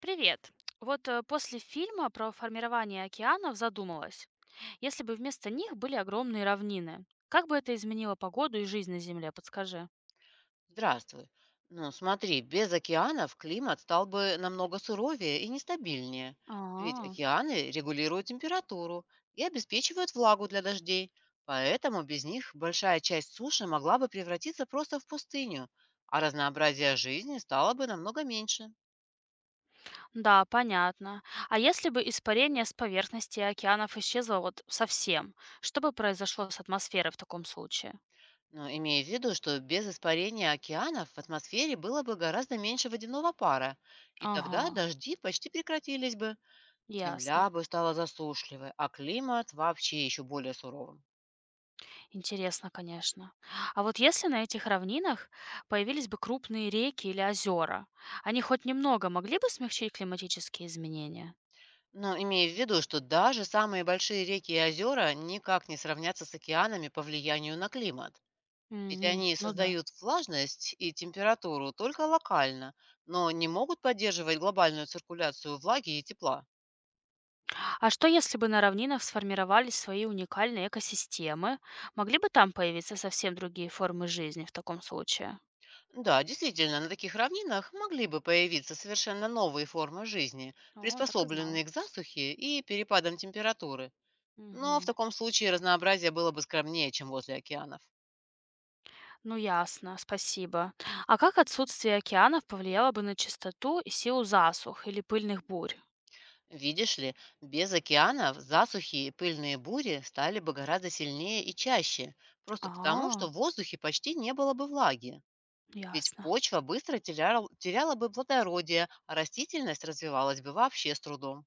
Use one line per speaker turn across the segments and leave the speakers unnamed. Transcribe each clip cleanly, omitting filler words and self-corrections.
Привет. Вот после фильма про формирование океанов задумалась. Если бы вместо них были огромные равнины, как бы это изменило погоду и жизнь на Земле, подскажи?
Здравствуй. Ну, смотри, без океанов климат стал бы намного суровее и нестабильнее, ведь
А,
океаны регулируют температуру и обеспечивают влагу для дождей, поэтому без них большая часть суши могла бы превратиться просто в пустыню, а разнообразие жизни стало бы намного меньше.
да, понятно. А если бы испарение с поверхности океанов исчезло вот совсем, что бы произошло с атмосферой в таком случае?
Но имея в виду, что без испарения океанов в атмосфере было бы гораздо меньше водяного пара, и
Ага,
тогда дожди почти прекратились бы. Земля
ясно.
бы стала засушливой, а климат вообще еще более суровым.
Интересно, конечно. А вот если на этих равнинах появились бы крупные реки или озера, они хоть немного могли бы смягчить климатические изменения?
Но имея в виду, что даже самые большие реки и озера никак не сравнятся с океанами по влиянию на климат. Ведь
М,
они
ну да.
создают влажность и температуру только локально, но не могут поддерживать глобальную циркуляцию влаги и тепла.
А что если бы на равнинах сформировались свои уникальные экосистемы? Могли бы там появиться совсем другие формы жизни в таком случае?
Да, действительно, на таких равнинах могли бы появиться совершенно новые формы жизни,
О, так и знала.
приспособленные к засухе и перепадам температуры, но в
Мгм.
таком случае разнообразие было бы скромнее, чем возле океанов.
Ну ясно, спасибо. А как отсутствие океанов повлияло бы на чистоту и силу засух или пыльных бурь?
Видишь ли, без океанов засухи и пыльные бури стали бы гораздо сильнее и чаще, просто потому,
А,
что в воздухе почти не было бы влаги. Ведь
ясно.
почва быстро теряла бы плодородие, а растительность развивалась бы вообще с трудом.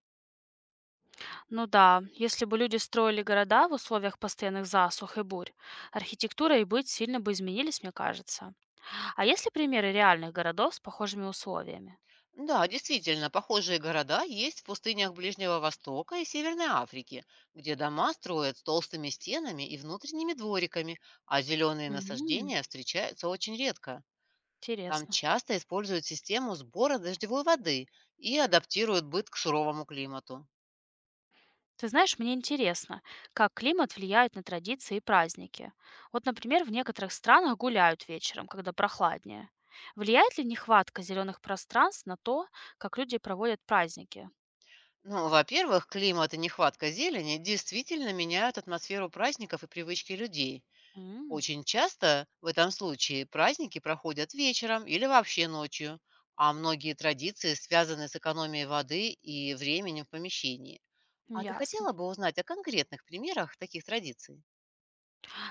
Ну да, если бы люди строили города в условиях постоянных засух и бурь, архитектура и быт сильно бы изменились, мне кажется. А есть ли примеры реальных городов с похожими условиями?
Да, действительно, похожие города есть в пустынях Ближнего Востока и Северной Африки, где дома строят с толстыми стенами и внутренними двориками, а зеленые
М,
насаждения встречаются очень редко. Там
интересно.
часто используют систему сбора дождевой воды и адаптируют быт к суровому климату.
Ты знаешь, мне интересно, как климат влияет на традиции и праздники. Вот, например, в некоторых странах гуляют вечером, когда прохладнее. Влияет ли нехватка зеленых пространств на то, как люди проводят праздники?
Ну, во-первых, климат и нехватка зелени действительно меняют атмосферу праздников и привычки людей.
М,
Очень часто в этом случае праздники проходят вечером или вообще ночью, а многие традиции связаны с экономией воды и временем в помещении. А ты
ясно.
хотела бы узнать о конкретных примерах таких традиций?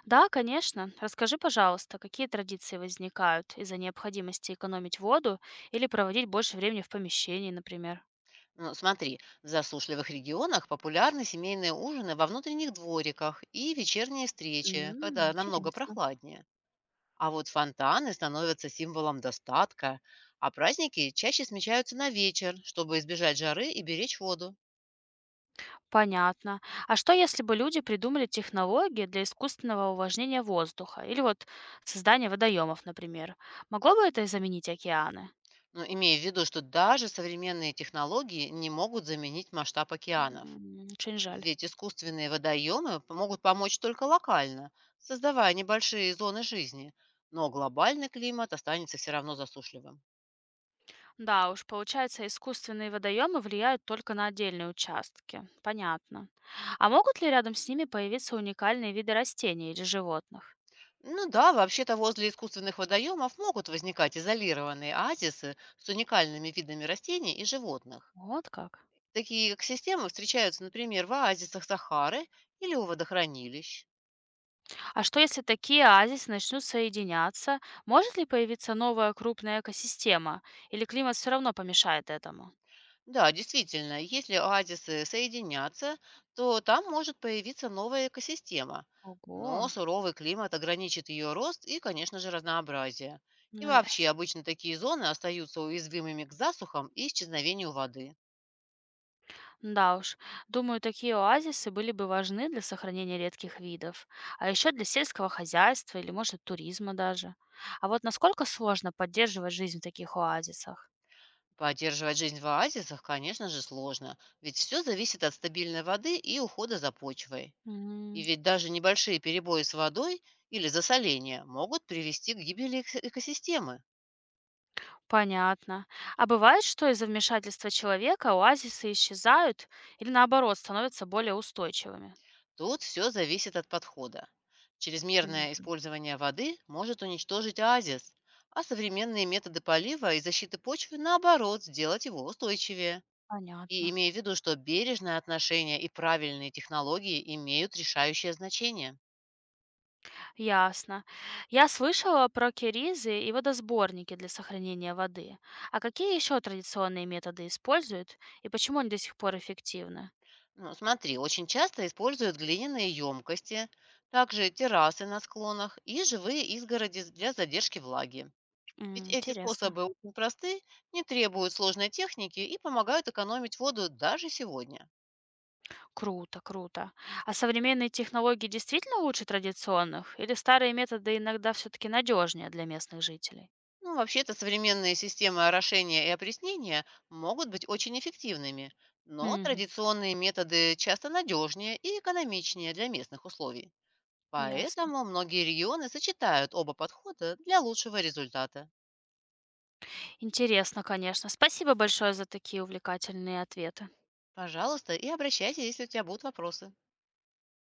Да, конечно. Расскажи, пожалуйста, какие традиции возникают из-за необходимости экономить воду или проводить больше времени в помещении, например?
Ну, смотри, в засушливых регионах популярны семейные ужины во внутренних двориках и вечерние встречи,
М,
когда намного
интересно.
прохладнее. А вот фонтаны становятся символом достатка, а праздники чаще смещаются на вечер, чтобы избежать жары и беречь воду.
Понятно. А что, если бы люди придумали технологии для искусственного увлажнения воздуха или вот создания водоемов, например? Могло бы это заменить океаны?
Но имея в виду, что даже современные технологии не могут заменить масштаб океанов.
М, очень жаль.
Ведь искусственные водоемы п- могут помочь только локально, создавая небольшие зоны жизни. Но глобальный климат останется все равно засушливым.
Да уж, получается, искусственные водоемы влияют только на отдельные участки. Понятно. А могут ли рядом с ними появиться уникальные виды растений или животных?
Ну да, вообще-то возле искусственных водоемов могут возникать изолированные оазисы с уникальными видами растений и животных.
Вот как.
Такие экосистемы встречаются, например, в оазисах Сахары или у водохранилищ.
А что если такие оазисы начнут соединяться? Может ли появиться новая крупная экосистема? Или климат все равно помешает этому?
Да, действительно, если оазисы соединятся, то там может появиться новая экосистема. Но
Ого,
суровый климат ограничит ее рост и, конечно же, разнообразие. И
ну
вообще,
ясно.
обычно такие зоны остаются уязвимыми к засухам и исчезновению воды.
Да уж, думаю, такие оазисы были бы важны для сохранения редких видов, а еще для сельского хозяйства или, может, туризма даже. А вот насколько сложно поддерживать жизнь в таких оазисах?
Поддерживать жизнь в оазисах, конечно же, сложно, ведь все зависит от стабильной воды и ухода за почвой.
М,
И ведь даже небольшие перебои с водой или засоление могут привести к гибели экосистемы.
понятно. А бывает, что из-за вмешательства человека оазисы исчезают или наоборот становятся более устойчивыми?
Тут все зависит от подхода. Чрезмерное
М,
использование воды может уничтожить оазис, а современные методы полива и защиты почвы, наоборот, сделать его устойчивее. И
понятно.
имея в виду, что бережное отношение и правильные технологии имеют решающее значение.
Ясно. Я слышала про киризы и водосборники для сохранения воды. А какие еще традиционные методы используют и почему они до сих пор эффективны?
Ну, смотри, очень часто используют глиняные емкости, также террасы на склонах и живые изгороди для задержки влаги. Ведь
М,
эти
интересно.
способы очень просты, не требуют сложной техники и помогают экономить воду даже сегодня.
Круто, круто. А современные технологии действительно лучше традиционных или старые методы иногда все-таки надежнее для местных жителей?
Ну, вообще-то современные системы орошения и опреснения могут быть очень эффективными, но
Мгм.
традиционные методы часто надежнее и экономичнее для местных условий.
Ясно.
Поэтому многие регионы сочетают оба подхода для лучшего результата.
Интересно, конечно. Спасибо большое за такие увлекательные ответы.
Пожалуйста, и обращайся, если у тебя будут вопросы.